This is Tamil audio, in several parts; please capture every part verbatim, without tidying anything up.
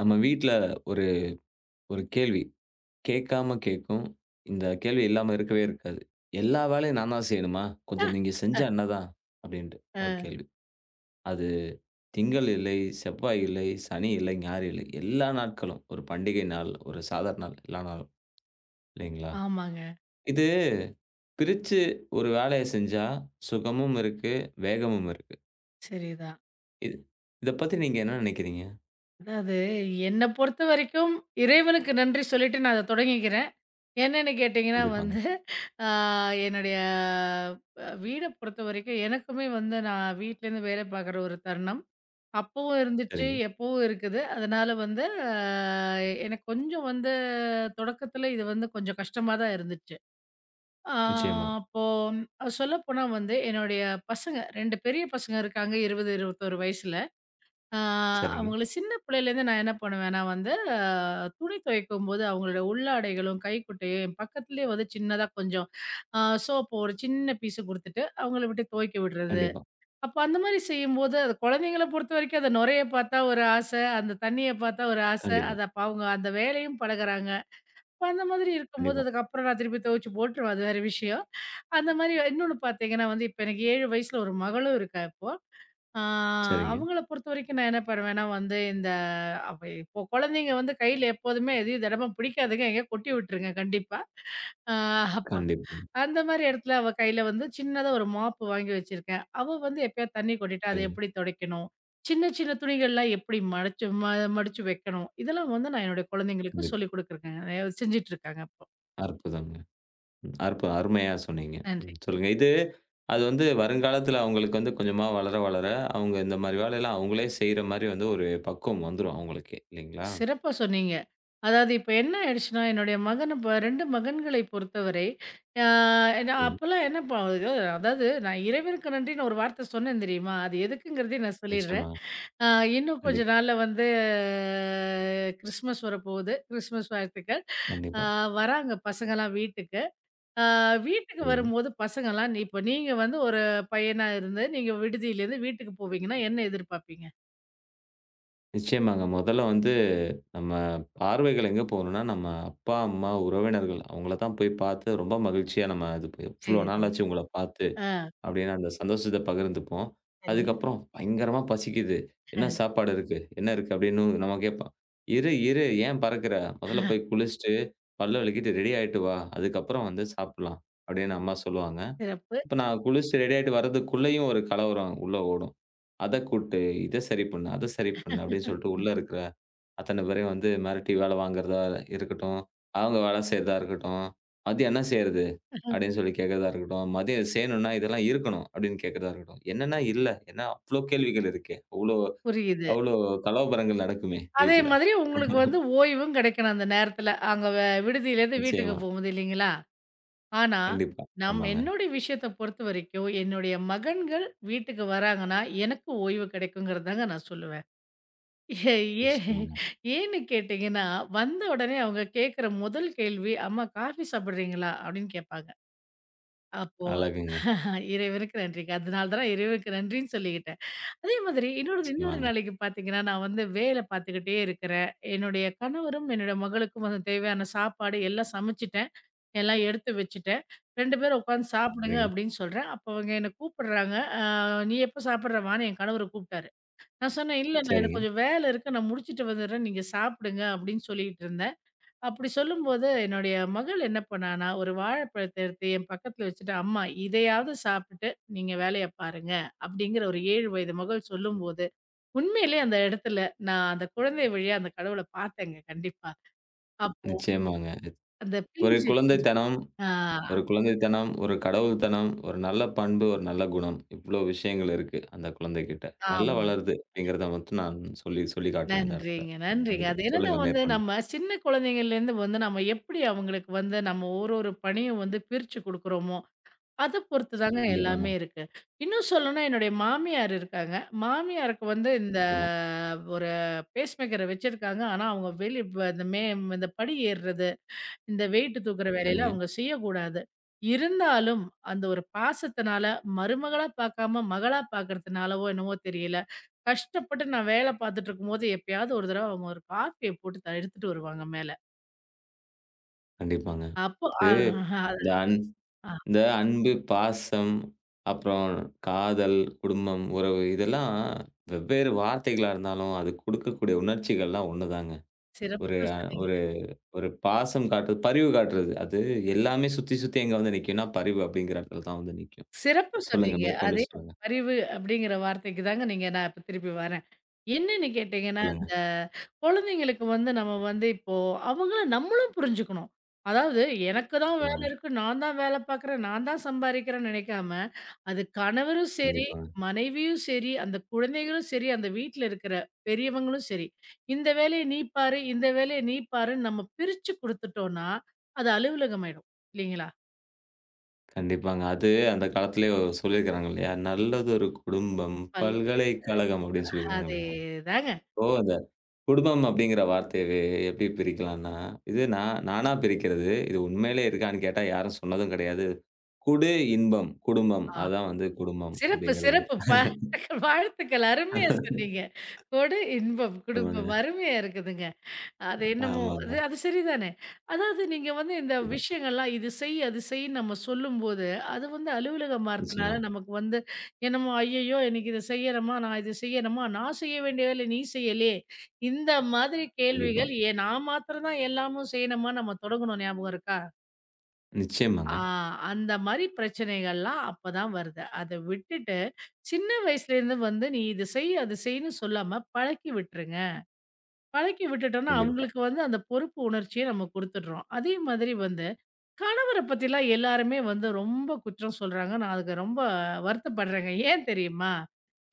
நம்ம வீட்ல ஒரு ஒரு கேள்வி. கேட்காம கேட்கும். இந்த கேள்வி இல்லாம இருக்கவே இருக்காது. "எல்லா வேலையும் நான் தான் செய்யணுமா? கொஞ்சம் நீங்க செஞ்சா என்னதான்?" அப்படின்ட்டு அ ஒரு கேள்வி. அது திங்கள் இல்லை, செவ்வாய் இல்லை, சனி இல்லை, ஞாயிறு இல்லை. எல்லா நாட்களும். ஒரு பண்டிகை நாள், ஒரு சாதாரண நாள், எல்லா நாளும். இல்லைங்களா? ஆமாங்க. இது பிரிச்சு ஒரு வேலைய செஞ்சா சுகமும் இருக்கு, வேகமும் இருக்கு. சரிதான். இது இத பத்தி நீங்க என்ன நினைக்கிறீங்க? அதாவது என்ன பொறுத்த வரைக்கும் இறைவனுக்கு நன்றி சொல்லிட்டு நான் அத தொடங்கிக்கிறேன். என்னன்னு கேட்டீங்கன்னா கண்டிப்பாங்க. வந்து, ஆ என்னுடைய அ வீட பொறுத்தவரைக்கும் எனக்குமே வந்து நான் வீட்லேருந்து வேலை பார்க்குற ஒரு தருணம். அப்பவும் இருந்துச்சு, சரிங்க. எப்பவும் இருக்குது. அதனால வந்து அ எனக்கு கொஞ்சம் வந்து தொடக்கத்தில இது வந்து கொஞ்சம் கஷ்டமா தான் இருந்துச்சு. ஆ நிச்சயமா. அப்போ சொல்லப்போனா வந்து என்னுடைய பசங்க ரெண்டு பெரிய பசங்க இருக்காங்க இருபது, இருபத்து ஒன்று வயசுல. ஆ சரிங்க. அவங்கள சின்ன பிள்ளையிலேருந்து நான் என்ன பண்ணுவேன்னா வந்து, அ துணி துவைக்கும்போது அவங்களோட உள்ளாடைகளும், கைக்குட்டையும் என் பக்கத்துலேயே வந்து சின்னதா கொஞ்சம் அ சோப்பு ஒரு சின்ன பீஸு குடுத்துட்டு அவங்கள விட்டு துவைக்க விடுறது. கண்டிப்பா. அப்ப அந்த மாரி செய்யும்போது அது குழந்தைங்கள பொறுத்தவரைக்கும் அந்த நுரைய பார்த்தா ஒரு ஆச, அந்த தண்ணிய பார்த்தா ஒரு ஆச. கண்டிப்பா. அது அப்ப அவங்க அந்த வேலையும் பழகுறாங்க. அப்ப அந்த மாதிரி இருக்கும்போது கண்டிப்பா. அதுக்கப்புறம் நான் திருப்பி துவைச்சு போட்டுருவேன், அது வேற விஷயம். அந்த மாரி இன்னொன்னு பார்த்தீங்கன்னா வந்து, இப்ப எனக்கு ஏழு வயசுல ஒரு மகளும் இருக்கா இப்போ. ஆ சரிங்க. அவங்கள பொறுத்தவரைக்கும் நான் என்ன பண்ணுவேன்னா வந்து, இந்த அவ இப்போ குழந்தைங்க வந்து கையில எப்போதுமே எதையும் திடமா பிடிக்காதுங்க. எங்கேயா கொட்டி விட்டுருங்க கண்டிப்பா. ஆ அப்ப கண்டிப்பா. அந்த மாரி இடத்துல அவ கையில வந்து சின்னதா ஒரு மாப்பு வாங்கி வச்சிருக்கேன். அவ வந்து எப்பயாவது தண்ணி கொட்டிட்டா அத சரிங்க. எப்படி துடைக்கணும்? சின்ன சின்ன துணிகள்லாம் எப்படி மடச்சு ம மடிச்சு வைக்கணும்? இதெல்லாம் வந்து நான் என்னுடைய குழந்தைங்களுக்கு கண்டிப்பா. சொல்லிக் குடுக்குறேங்க. செஞ்சுட்டு இருக்காங்க இப்போ. அற்புதம்ங்க. ம். அற்புதம். அருமையா சொன்னீங்க. நன்றி. ம். சொல்லுங்க. இது அது வந்து வருங்காலத்துல அவங்களுக்கு வந்து கொஞ்சமா வளர, வளர அவங்க இந்த மாரி வேலையெல்லாம் அவங்களே செய்ற மாரி வந்து ஒரு பக்குவம் வந்துரும் அவங்களுக்கே. இல்லைங்களா? சிறப்பா சொன்னீங்க. அதாவது இப்ப என்ன ஆயிடுச்சுன்னா, என்னுடைய மகன ப ரெண்டு மகன்களை பொறுத்தவரை, ஆ நான் சரிங்க. அப்பலாம் என்ன ப அதாவது நான் இறைவனுக்கு நன்றின்னு ஒரு வார்த்தை சொன்னேன் தெரியுமா? அது எதுக்குங்கிறதையும் நான் நிச்சயமா. சொல்லிடுறேன். ஆ இன்னும் கொஞ்ச கண்டிப்பா, நாள்ல வந்து ஆஹ், கிறிஸ்மஸ் வரப்போகுது. கிறிஸ்மஸ் வாழ்த்துக்கள். ஆ கண்டிப்பா. வராங்க பசங்கலாம் வீட்டுக்கு. ஆ வீட்டுக்கு சரிங்க. வரும்போது பசங்கலாம் இப்ப நீங்க வந்து ஒரு பையனா இருந்து, நீங்க விடுதியிலேருந்து வீட்டுக்கு போவீங்கன்னா, என்ன எதிர்பார்ப்பீங்க? நிச்சயமாங்க. முதல்ல வந்து நம்ம பார்வைகள் எங்க போகணும்னா, நம்ம அப்பா, அம்மா, உறவினர்கள் அவங்கள தான் போய் பார்த்து ரொம்ப மகிழ்ச்சியா நம்ம இது எவ்வளோ சரி. நாளாச்சு உங்கள பார்த்து ஆ அப்படின்னு அந்த சந்தோஷத்த பகிர்ந்துப்போம். சரிங்க. அதுக்கப்புறம் பயங்கரமா பசிக்குது. என்ன சாப்பாடு இருக்கு? என்ன இருக்கு? அப்படின்னு நம்ம கேட்போம். இரு, இரு ஏன் பறக்குற? முதல்ல போய் குளிச்சுட்டு, பல் விளக்கிட்டு ரெடி ஆயிட்டு வா. அதுக்கப்புறம் வந்து சாப்பிடலாம் அப்படின்னு அம்மா சொல்லுவாங்க. சிறப்பு. இப்ப நான் குளிச்சுட்டு ரெடி ஆயிட்டு வர்றதுக்குள்ளேயும் ஒரு கலவரம் உள்ள ஓடும். அத கூட்டு, இத சரி பண்ணு, அத சரி பண்ணு அப்படின்னு சொல்லிட்டு உள்ள இருக்கிற அத்தன பேரையும் வந்து மிரட்டி வேலை வாங்குறதா இருக்கட்டும், அவங்க வேலை செய்றதா இருக்கட்டும், "மதியம் என்ன செய்றது?" அப்படின்னு சொல்லி கேட்கிறதா இருக்கட்டும், "மதியம் இது செய்யணும்னா இதெல்லாம் இருக்கணும்" அப்படின்னு கேட்கிறதா இருக்கட்டும். என்னன்னா இல்ல. ஏன்னா அவ்ளோ கேள்விகள் இருக்கே. அவ்ளோ புரியுது. அவ்ளோ கலவரங்கள் நடக்குமே அதே வீட்ல. மாதிரி உங்களுக்கு வந்து ஓய்வும் கிடைக்கணும் அந்த நேரத்தில. அங்க வ விடுதியிலேருந்து வீட்டுக்கு நிச்சயமா. போம்போது இல்லைங்களா? ஆனா, கண்டிப்பா. நம் ஆமாங்க. என்னுடைய விஷயத்த பொறுத்த வரைக்கும், என்னுடைய மகன்கள் வீட்டுக்கு வராங்கன்னா, எனக்கு ஓய்வு கிடைக்குங்கிறது தாங்க நான் சொல்லுவேன். ஏ ஏ நிச்சயமாங்க. ஏன்னு கேட்டீங்கன்னா, வந்த உடனே அவங்க கேட்கிற முதல் கேள்வி, "அம்மா காஃபி சாப்பிடுறீங்களா?" அப்படின்னு கேட்பாங்க. அப்போ அழகுங்க. அஹ், இறைவனுக்கு நன்றிங்க. அதனால தான் இறைவனுக்கு நன்றின்னு சொல்லிக்கிட்டேன். அதே மாதிரி இன்னொரு இன்னொரு நிச்சயமாங்க. நாளைக்கு பார்த்தீங்கன்னா, நான் வந்து வேல பார்த்துக்கிட்டே இருக்கிறேன். என்னுடைய கணவரும், என்னுடைய மகளுக்கும் வந்து தேவையான சாப்பாடு எல்லாம் சமைச்சுட்டேன். எல்லாம் எடுத்து வச்சுட்டேன். ரெண்டு பேரும் உட்காந்து சாப்பிடுங்க சரிங்க. அப்படின்னு சொல்றேன். அப்போ அவங்க என்ன கூப்பிடுறாங்க. "அ நீ எப்போ சாப்பிடுற வான்னு" என் கணவர் கூப்பிட்டாரு. நான் சொன்னேன், "இல்ல நான் சரிங்க. எனக்கு கொஞ்சம் வேலை இருக்கு. நான் முடிச்சுட்டு வந்துடுறேன். நீங்க சாப்பிடுங்க" அப்படின்னு சொல்லிட்டு இருந்தேன். அப்படி சொல்லும்போது என்னுடைய மகள் என்ன பண்ணான்னா, ஒரு வாழைப்பழத்த எடுத்து என் பக்கத்துல வச்சுட்டு, "அம்மா இதையாவது சாப்பிட்டுட்டு நீங்க வேலைய பாருங்க" அப்படிங்கிற ஒரு ஏழு வயது மகள் சொல்லும்போது உண்மையிலே அந்த இடத்துல, நான் அந்த குழந்தை வழியா அந்த கடவுள பார்த்தேங்க கண்டிப்பா. அப்போ நிச்சயமாங்க. அந்த ஒரு பிஞ்சு பிஞ்சு- குழந்தைத்தனம் ஆ ஒரு குழந்தைத்தனம், ஒரு கடவுள்த்தனம், ஒரு நல்ல பண்பு, ஒரு நல்ல குணம். இவ்ளோ விஷயங்கள் இருக்கு அந்த குழந்தைகிட்ட. நல்லா ஆமா. வளருது அப்படிங்கிறத மட்டும் நான் சொல்லி சொல்லி காட்டுவேன் அந்த இடத்துல. நன்றிங்க, நன்றிங்க. கண்டிப்பா. அது என்னன்னா சொல்லுங்க வந்து மேற்கொண்டு. நம்ம சின்ன குழந்தைங்கள்லேருந்து வந்து நம்ம எப்படி அவங்களுக்கு வந்து நம்ம ஒரு ஒரு பணியும் வந்து பிரிச்சு குடுக்குறோமோ, அத பொறுத்து தாங்க எல்லாமே கண்டிப்பாங்க. இருக்கு. இன்னும் சொல்லணும்னா என்னுடைய மாமியார் இருக்காங்க. மாமியாருக்கு வந்து இந்த நிச்சயமா. ஒரு பேஸ்மேக்கர வச்சிருக்காங்க. ஆனா அவங்க வெளி இந்த மே இந்த படி ஏறுறது இந்த வெயிட் தூக்குற வேலையில சரிங்க. அவங்க செய்யக்கூடாது. இருந்தாலும், அந்த ஒரு பாசத்தினால மருமகளா பார்க்காம மகளா பார்க்கறதுனாலவோ என்னவோ தெரியல, கஷ்டப்பட்டு நான் வேலை பார்த்துட்டு இருக்கும்போது எப்பயாவது ஒரு தடவ அவங்க ஒரு காஃபிய போட்டு த எடுத்துட்டு வருவாங்க மேல. கண்டிப்பாங்க. அப்போ அ இது அது இந்த அன் ஆ இந்த அன்பு, பாசம், அப்புறம் காதல், குடும்பம், உறவு இதெல்லாம் வெவ்வேறு வார்த்தைகளா இருந்தாலும், அது குடுக்கக்கூடிய உணர்ச்சிகள்லாம் ஒண்ணுதாங்க. ஒரு சிறப்பா அ சொன்னீங்க. ஒரு பாசம் காட்டுறது, பரிவு காட்டுறது. அது எல்லாமே சுத்தி, சுத்தி எங்க வந்து நிக்கும்னா, பரிவு அப்படிங்கிற இடத்துல தான் வந்து நிக்கும். சிறப்பா சொல்லுங்க, சொன்னீங்க. மேற்கொண்டு அதே சொல்லுங்க. அறிவு அப்படிங்கிற வார்த்தைக்கு தாங்க நீங்க நான் இப்ப திருப்பி வரேன். என்னன்னு கேட்டீங்கன்னா, சொல்லுங்க. இந்த குழந்தைங்களுக்கு வந்து நம்ம வந்து இப்போ அவங்கள நம்மளும் புரிஞ்சுக்கணும். அதாவது எனக்கு தான் வேலை நிச்சயமாங்க. இருக்கு, நான் தான் வேலை பார்க்குறேன், நான் தான் சம்பாரிக்கிறேன்னு நினைக்காம, அது கணவரும் சரி, கண்டிப்பாங்க. மனைவியும் சரி, அந்த குழந்தைகளும் சரி, அந்த வீட்ல இருக்கிற பெரியவங்களும் சரி, இந்த வேலைய நீ பாரு, இந்த வேலைய நீ பாருன்னு நம்ம பிரிச்சு குடுத்துட்டோம்னா, அது அலுவலகம் ஆயிடும். இல்லைங்களா? கண்டிப்பாங்க. அது அந்த காலத்திலேயே சொல்லியிருக்கிறாங்க இல்லையா? நல்லது ஒரு குடும்பம், பல்க பல்கலைக்கழகம் அப்படின்னு சொல்லியிருக்காங்க இல்லையா? அதேதாங்க. இப்போ அந்த குடும்பம் அப்படிங்கிற வார்த்தையவே எப்படி பிரிக்கலாம்னா, இது நான் நானா பிரிக்கிறது. இது உண்மையிலே இருக்கான்னு கேட்டா யாரும் சொன்னதும் கிடையாது. குடு இன்பம், குடும்பம். அதான் வந்து குடும்பம் சிறப்பு, அப்படிங்கிறது. சிறப்பு. பாராட்டுக்கள், வாழ்த்துக்கள். அருமையா சொன்னீங்க. கொடை இன்பம், குடும்பம். ஆமாங்க. அருமையா இருக்குதுங்க. அது என்னமோ ஆமாங்க. அது அது சரிதானே. அதாவது நீங்க வந்து இந்த கண்டிப்பா. விஷயங்கள்லாம் இது செய், அது செய்ன்னு நம்ம சொல்லும்போது, அது வந்து அலுவலகம் நிச்சயமா. மாறுத்துனால நமக்கு வந்து என்னமோ, "ஐயய்யோ! எனக்கு இத செய்யணுமா? நான் இத செய்யணுமா? நான் செய்ய வேண்டிய வேலைய நீ செய்யலயே!" இந்த மாதிரி கண்டிப்பா. கேள்விகள், "ஏன் நான் மாத்திரம் தான் எல்லாமும் செய்யணுமா?" நம்ம தொடங்குனோம் ஞாபகம் இருக்கா? நிச்சயமாங்க. ஆ அந்த மாரி பிரச்சனைகள்லாம் அப்பதான் வருது. அத விட்டுட்டு, சின்ன வயசுலேருந்து வந்து நீ இது செய், அது செய்ன்னு சொல்லாம பழக்கி விட்டுருங்க. பழக்கி விட்டுட்டோம்னா, கண்டிப்பா. அவங்களுக்கு வந்து அந்த பொறுப்பு உணர்ச்சிய நம்ம குடுத்துடுறோம். அதே மாதிரி வந்து, கணவர பத்திலாம் எல்லாருமே வந்து ரொம்ப குற்றம் சொல்றாங்க. நான் அதுக்கு ரொம்ப வருத்தப்படுறேங்க. ஏன் தெரியுமா?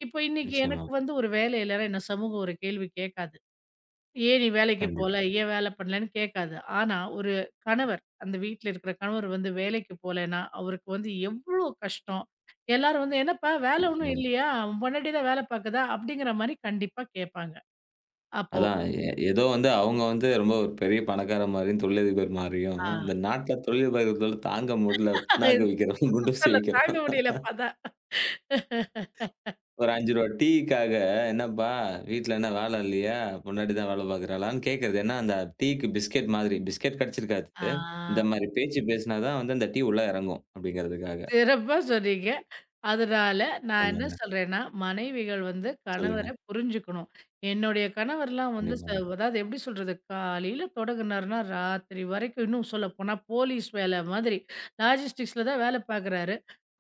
இப்போ இன்னைக்கு நிச்சயமா. எனக்கு வந்து ஒரு வேலை இல்லன்னா, என்ன சமூகம் ஒரு கேள்வி கேட்காது. ஏன் நீ வேலைக்கு போல? கண்டிப்பா. ஏன் வேலை பண்ணலன்னு கேட்காது. ஆனா, ஒரு கணவர் அந்த வீட்ல இருக்கிற கணவர் வந்து வேலைக்கு போலன்னா, அவருக்கு வந்து எவ்ளோ கஷ்டம். எல்லாரும் வந்து "என்னப்பா வேலை ஒண்ணும் நிச்சயமா. இல்லையா? உன் பொண்டாட்டி தான் வேலை பாக்குதா?" அப்படிங்கிற மாரி கண்டிப்பா கேட்பாங்க. அப்போ அதான் எ ஏதோ வந்து அவங்க வந்து ரொம்ப ஒரு பெரிய பணக்கார மாரியும், தொழிலதிபர் மாரியும், ஆ இந்த நாட்ல தொழிலதிபர்கள் தாங்க முடியல புண்ணாக்கு இது விக்கிறவன், குண்டூசி சொல்ல தாங்க விக்கிறவன் முடியலப்பா அதான். ஒரு ரூ. ஐந்து டீக்காக "என்னப்பா வீட்ல என்ன வேல இல்லையா? பொண்டாட்டி தான் வேல பார்க்குறாளான்னு" கேட்கறது. ஏன்னா அந்த டீக்கு பிஸ்கட் மாதிரி. பிஸ்கட் கிடைச்சிருக்காது. ஆ இந்த மாரி பேச்சு பேசினா தான் வந்து அந்த டீ உள்ள இறங்கும் அப்படிங்கிறதுக்காக. சிறப்பா சொன்னீங்க. அதனால நான் என்ன ஆமாங்க. சொல்றேன்னா, மனைவிகள் வந்து கணவர சொல்லுங்க. புரிஞ்சுக்கணும். என்னுடைய கணவர்லாம் வந்து ச கண்டிப்பாங்க. அதாவது எப்படி சொல்றது, காலையில தொடங்குனாருன்னா, ராத்திரி வரைக்கும் இன்னும் சொல்லப்போனா போலீஸ் வேலை மாதிரி, லாஜிஸ்டிக்ஸ்ல தான் வேலை பார்க்குறாரு.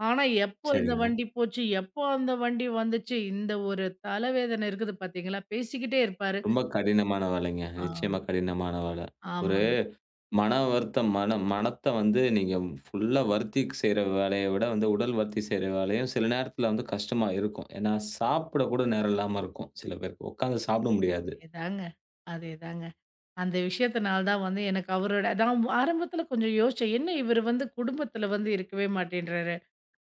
ஆனா, எப்போ இந்த சரிங்க. வண்டி போச்சு, எப்போ அந்த வண்டி வந்துச்சு, இந்த ஒரு தலைவேதனை இருக்குது பார்த்தீங்களா, பேசிக்கிட்டே இருப்பாரு. ரொம்ப கடினமான வேலைங்க. ஆ. நிச்சயமா கடினமான வேல. ஒரு ஆமாங்க. மன வருத்தம், மன மனத்த வந்து நீங்க ஃபுல்லா வருத்தி செய்ற வேலைய விட வந்து, உடல் வருத்தி செய்ற வேலையும் சில நேரத்துல வந்து கஷ்டமா இருக்கும். ஏன்னா, சாப்பிட கூட நேரம் இல்லாம இருக்கும் சில பேருக்கு. உட்கார்ந்து சாப்பிட முடியாது. அதேதாங்க, அதேதாங்க. அந்த விஷயத்தினால தான் வந்து எனக்கு அவரோட நான் ஆரம்பத்தில கொஞ்சம் யோசிச்சேன். என்ன இவரு வந்து குடும்பத்தில வந்து இருக்கவே மாட்டேன்றாரு.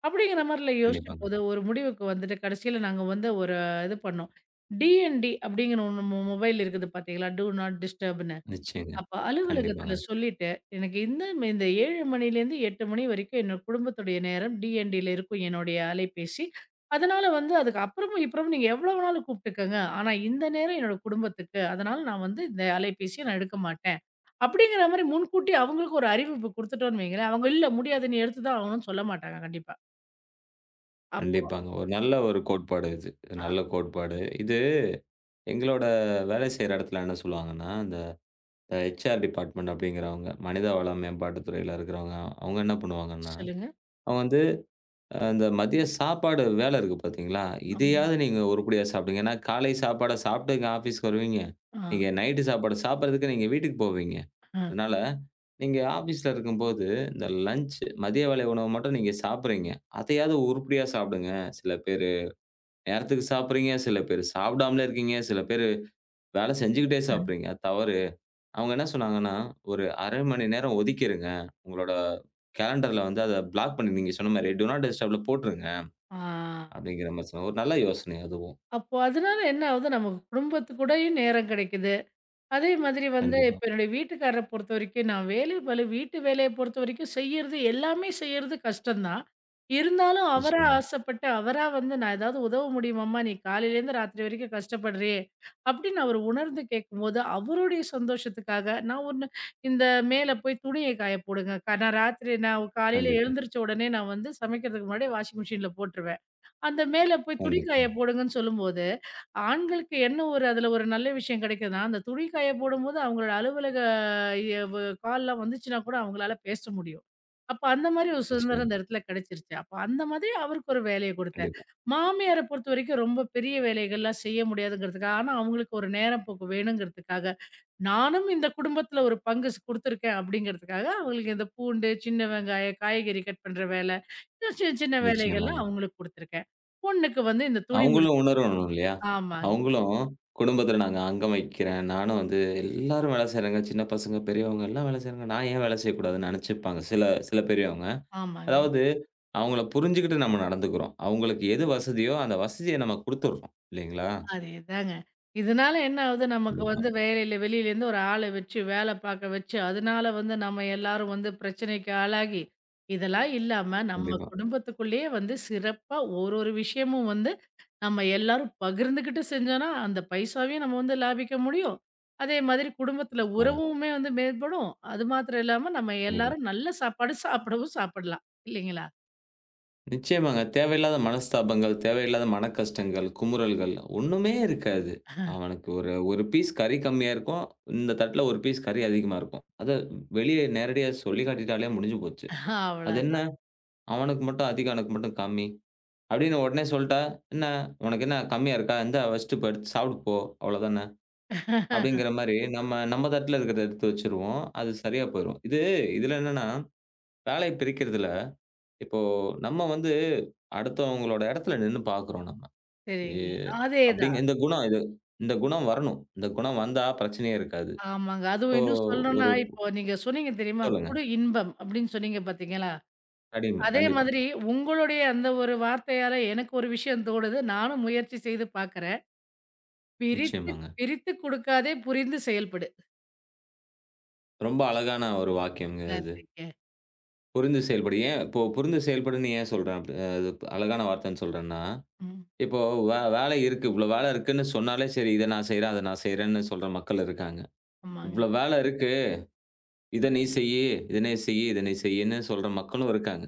அப்படிங்கிற மாரில கண்டிப்பாங்க. யோசிச்சபோது, ஒரு முடிவுக்கு வந்துட்டு கடைசியில நாங்க வந்து ஒரு இது பண்ணோம். டிஎன்டி அப்படிங்கிற ஒண்ணு மொ மொபைல் இருக்குது பார்த்தீங்களா? டூ நாட் டிஸ்டர்ப்ன்னு. நிச்சயங்க. அப்ப அலுவலகத்தில கண்டிப்பாங்க, சொல்லிட்டு, எனக்கு இந்த ம- இந்த ஏழு மணிலேருந்து எட்டு மணி வரைக்கும் என்னோட குடும்பத்துடைய நேரம் டிஎன்டில இருக்கும் என்னுடைய அலைபேசி. அதனால வந்து அதுக்கு அப்புறமும், இப்புறமும் நீங்க எவ்வளோ வேணாலும் கூப்பிட்டுக்கங்க. ஆனா இந்த நேரம் என்னோட குடும்பத்துக்கு. அதனால நான் வந்து இந்த அலைபேசிய நான் எடுக்க மாட்டேன். அப்படிங்கிற மாரி முன்கூட்டி அவங்களுக்கு ஒரு அறிவிப்பு குடுத்துட்டோம்ன்னு வைங்களேன், அவங்க இல்ல முடியாது நீ எடுத்து தான் ஆகணும்னு சொல்ல மாட்டாங்க கண்டிப்பா. அப் கண்டிப்பாங்க. ஒரு நல்ல ஒரு கோட்பாடு இது. இது ஆ, நல்ல கோட்பாடு. இது எங்களோட வேலை செய்ற இடத்துல என்ன சொல்லுவாங்கன்னா, இந்த ஹெச்ஆர் டிபார்ட்மெண்ட் அப்படிங்கிறவங்க, மனிதவள மேம்பாட்டுத் துறையில இருக்கிறவங்க, அவங்க என்ன பண்ணுவாங்கன்னா, சொல்லுங்க. அவங்க வந்து அ அந்த மதிய சாப்பாடு வேலை இருக்கு பார்த்தீங்களா, ஆமா. இதையாவது நீங்க உருப்படியா சாப்பிடுங்க. ஏன்னா காலை சாப்பாட சாப்பிட்டு இங்க ஆஃபீஸ்க்கு வருவீங்க. ஆ, நீங்க நைட்டு சாப்பாடு சாப்பிடுறதுக்கு நீங்க வீட்டுக்கு போவீங்க. ஆ, அதனால நீங்க ஆஃபீஸ்ல இருக்கும்போது, இந்த லஞ்ச் மதிய வேலை உணவு மட்டும் நீங்க சாப்பிடுறீங்க. அதையாவது உருப்படியா சாப்பிடுங்க. சில பேரு நேரத்துக்கு சாப்பிடுறீங்க, சில பேரு சாப்பிடாமலே இருக்கீங்க, சில பேரு வேலை செஞ்சுக்கிட்டே சாப்பிடுறீங்க. அது தவறு. அவங்க என்ன சொன்னாங்கன்னா, "ஒரு அரை மணி நேரம் ஒதுக்கிருங்க. உங்களோட கேலண்டர்ல வந்து அத பிளாக் பண்ணி" நீங்க சொன்ன மாரி "டூ நாட் டிஸ்டர்ப்ல" போட்டுருங்க. ஆ. அப்படிங்கிற மாரி சொல் ஒரு நல்ல யோசனை அதுவும். அப்போ அதனால என்ன ஆகுது? நமக்கு குடும்பத்து கூடயும் நேரம் கிடைக்குது. அதே மாதிரி வந்து கண்டிப்பா. இப்ப என்னுடைய வீட்டுக்காரர பொறுத்தவரைக்கும், நான் வேலை பளு வீட்டு வேலைய பொறுத்தவரைக்கும் செய்யறது எல்லாமே செய்யறது கஷ்டம் தான். இருந்தாலும் அவரா நிச்சயமா. ஆசைப்பட்டு, அவரா வந்து "நான் ஏதாவது உதவ முடியுமாம்மா? நீ காலையிலேருந்து ராத்திரி வரைக்கும் கஷ்டப்படுறியே!" அப்படின்னு அவர் உணர்ந்து கேட்கும்போது, அவருடைய சந்தோஷத்துக்காக நான் ஒண்ணு இந்த மேல போய் துணிய காய போடுங்க. க நான் ராத்திரி நான் காலையில கண்டிப்பா. எழுந்திரிச்ச உடனே நான் வந்து சமைக்கிறதுக்கு முன்னாடி வாஷிங் மிஷின்ல போட்டுருவேன். அந்த மேல போய் துணி காய கண்டிப்பா. போடுங்கன்னு சொல்லும்போது, ஆண்களுக்கு என்ன ஒரு அதில ஒரு நல்ல விஷயம் கிடைக்குதுன்னா, அந்த துணி காய போடும்போது அவங்களோட அலுவலக எவு கால்லாம் வந்துச்சுன்னா கூட அவங்களால பேச முடியும். அப்ப அந்த மாரி ஒரு சுதந்திரம் நிச்சயமா. இந்த இடத்துல கிடைச்சிருச்சு. அப்ப அந்த மாதிரி அவருக்கு ஒரு வேலைய குடுத்தேன். கண்டிப்பா. மாமியார பொறுத்தவரைக்கும் ரொம்ப பெரிய வேலைகள்லாம் செய்ய முடியாதுங்கிறதுக்காக, ஆனா அவங்களுக்கு ஒரு நேரம் போக்கு வேணுங்கிறதுக்காக நானும் இந்த குடும்பத்துல ஒரு பங்கு ஸ் குடுத்துருக்கேன் அப்படிங்கிறதுக்காக, அவங்களுக்கு இந்த பூண்டு, சின்ன வெங்காயம், காய்கறி கட் பண்ற வேலை, இன்னும் சின்ன சின்ன நிச்சயமாங்க. வேலைகள்லாம் அவங்களுக்கு குடுத்துருக்கேன். பொண்ணுக்கு வந்து இந்த துணி மடிச்சு அவங்களும் உணரணும் இல்லையா? ஆமாங்க, அவங்களும் குடும்பத்தில நாங்க அங்கம் வகிக்கிறேன். நானும் வந்து எல்லாரும் வேலை செய்றாங்க. சின்ன பசங்க, பெரியவங்க எல்லாம் வேலை செய்றாங்க. நான் ஏன் வேலை செய்யக்கூடாதுன்னு நெனச்சுப்பாங்க. சில சில பெரியவங்க. ஆமாங்க. அதாவது அவங்கள புரிஞ்சுகிட்டு நம்ம நடந்துக்கிறோம். அவங்களுக்கு எது வசதியோ அந்த வசதிய நம்ம குடுத்துடுறோம். இல்லைங்களா? அதேதாங்க. இதனால என்ன ஆகுது, நமக்கு கண்டிப்பா, வந்து வேலையில வெளியிலேருந்து ஒரு ஆள வச்சு வேலை பார்க்க வச்சு, அதனால வந்து நம்ம எல்லாரும் வந்து பிரச்சனைக்கு ஆளாகி, இதெல்லாம் இல்லாம நம்ம கண்டிப்பா. குடும்பத்துக்குள்ளேயே வந்து சிறப்பா ஒரு ஒரு விஷயமும் வந்து நம்ம எல்லாரும் பகிர்ந்துகிட்டு செஞ்சோன்னா, அந்த பைசாவையும் நம்ம வந்து லாபிக்க முடியும். அதே மாதிரி குடும்பத்தில ஆ, உறவுமே வந்து மேம்படும். அது மாத்திரம் இல்லாம நம்ம கண்டிப்பா. எல்லாரும் நல்ல சாப்பாடு சாப்பிடவும் சாப்பிடலாம். இல்லைங்களா? நிச்சயமாங்க. தேவையில்லாத மனஸ்தாபங்கள், தேவையில்லாத மனக்கஷ்டங்கள், குமுறல்கள் ஒண்ணுமே இருக்காது. அவனுக்கு ஒரு 1 பீஸ் கறி கம்மியா இருக்கும். இந்த தட்டுல ஒரு பீஸ் கறி அதிகமா இருக்கும். அத வெளிய நேரடியா சொல்லி காட்டிட்டாலே முடிஞ்சு போச்சு. அது என்ன அவ்வளதான். "அவனுக்கு மட்டும் அதிகம், எனக்கு மட்டும் கம்மி" அப்படின்னு உடனே சொல்ட்டா, "என்ன உனக்கு என்ன கம்மியா இருக்கா? இந்தா வச்சுட்டு போ எடுத்து சாப்பிட்டு போ. அவ்வளோதானே." அப்படிங்கிற மாரி நம்ம நம்ம தட்டுல இருக்கிறத எடுத்து வச்சுருவோம். அது சரியா போயிரும். இது இதுல என்னன்னா வேலைய பிரிக்கிறதில்ல. இப்போ நம்ம வந்து அடுத்தவங்களோட இடத்துல நின்னு பார்க்குறோம் நம்ம. எ சரிங்க. அப்படிங்க அதேதான். இந்த குணம் இது இந்த குணம் வரணும். இந்த குணம் வந்தா பிரச்சனையே இருக்காது. ஆமாங்க. அதுவும் இப்போ இன்னும் சொல்லணும்னா, ஒரு இப்போ நீங்க சொன்னீங்க தெரியுமா? சொல்லுங்க. "குடு இன்பம்" அப்படின்னு சொன்னீங்க பார்த்தீங்களா? கண்டிப்பா, அதே கண்டிப்பா. மாதிரி உங்களுடைய அந்த ஒரு வார்த்தையால எனக்கு ஒரு விஷயம் தோணுது. நானும் முயற்சி செய்து பார்க்குறேன். "பிரித்து நிச்சயமாங்க. பிரித்துக் கொடுக்காதே புரிந்து செயல்படு." ரொம்ப அழகான ஒரு வாக்கியம்ங்க அது. நன்றிங்க. புரிந்து செயல்படு. ஏன் இப்போ புரிந்து செயல்படுன்னு ஏன் சொல்றேன் அப் அது அழகான வார்த்தைன்னு சொல்றேன்னா, ம். இப்போ வே வேலை இருக்கு. இவ்வளோ வேலை இருக்குன்னு சொன்னாலே சரி, இத நான் செய்றேன், அத நான் செய்றேன்னு சொல்ற மக்கள் இருக்காங்க. ஆமாங்க. இவ்வளோ வேலை இருக்கு. இத நீ செய்யி, இத நீ செய்யி, இத நீ செய்யின்னு சொல்ற மக்களும் இருக்காங்க.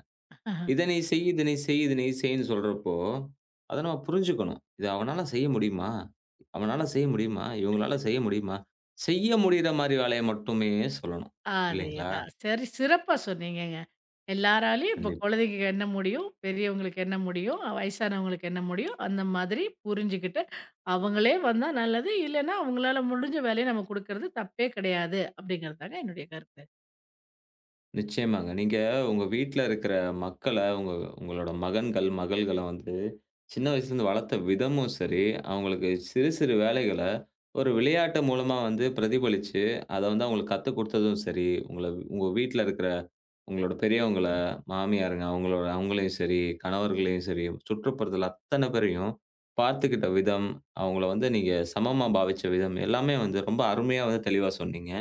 ஆஹா. இதனை செய், இதனை செய், இதனை செய்ன்னு சொல்றப்போ, அத நம்ம புரிஞ்சுக்கணும். இத அவனால செய்ய முடியுமா? அவனால செய்ய முடியுமா? இவங்களால செய்ய முடியுமா? செய்ய முடியிற மாரி வேலைய மட்டுமே சொல்லணும். இல்லைங்களா? அதேதான். சரி சிறப்பா சொன்னீங்கங்க. எல்லாராலயும் இப்போ கண்டிப்பா. குழந்தைக்கு என்ன முடியும், பெரியவங்களுக்கு என்ன முடியும், அஹ் வயசானவங்களுக்கு என்ன முடியும், அந்த மாதிரி புரிஞ்சுகிட்டு, அவங்களே வந்தா நல்லது, இல்லன்னா அவங்களால முடிஞ்ச வேலைய நம்ம குடுக்கறது தப்பே கிடையாது, அப்படிங்கிறது தாங்க என்னுடைய கருத்து. நிச்சயமாங்க. நீங்க உங்க வீட்ல இருக்கிற மக்கள, உங்க உங்களோட மகன்கள், மகள்கள வந்து சின்ன வயசுலேருந்து வளர்த்த விதமும் சரி, அவங்களுக்கு சிறு சிறு வேலைகள ஒரு விளையாட்டு மூலமா வந்து பிரதிபலிச்சு, அத வந்து அவங்களுக்கு கத்துக் குடுத்ததும் சரி, உங்கள உங்க வீட்ல இருக்கிற உங்களோட பெரியவங்கள, மாமியாருங்க அவங்களோட அவங்களையும் சரி, கணவர்களையும் சரி, சுற்றுப்புறத்தில அத்தன பேரையும் பார்த்துக்கிட்ட விதம், அவங்கள வந்து நீங்க சமமா பாவிச்ச விதம் எல்லாமே வந்து ரொம்ப அருமையா வந்து தெளிவா சொன்னீங்க.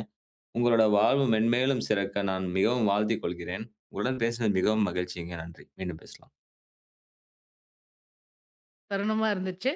உங்களோட வாழ்வு மென்மேலும் சிறக்க நான் மிகவும் வாழ்த்திக் கொள்கிறேன். உங்களுடன் பேசினது மிகவும் மகிழ்ச்சிங்க. நன்றி. மீண்டும் பேசலாம். தருணமா இருந்துச்சு.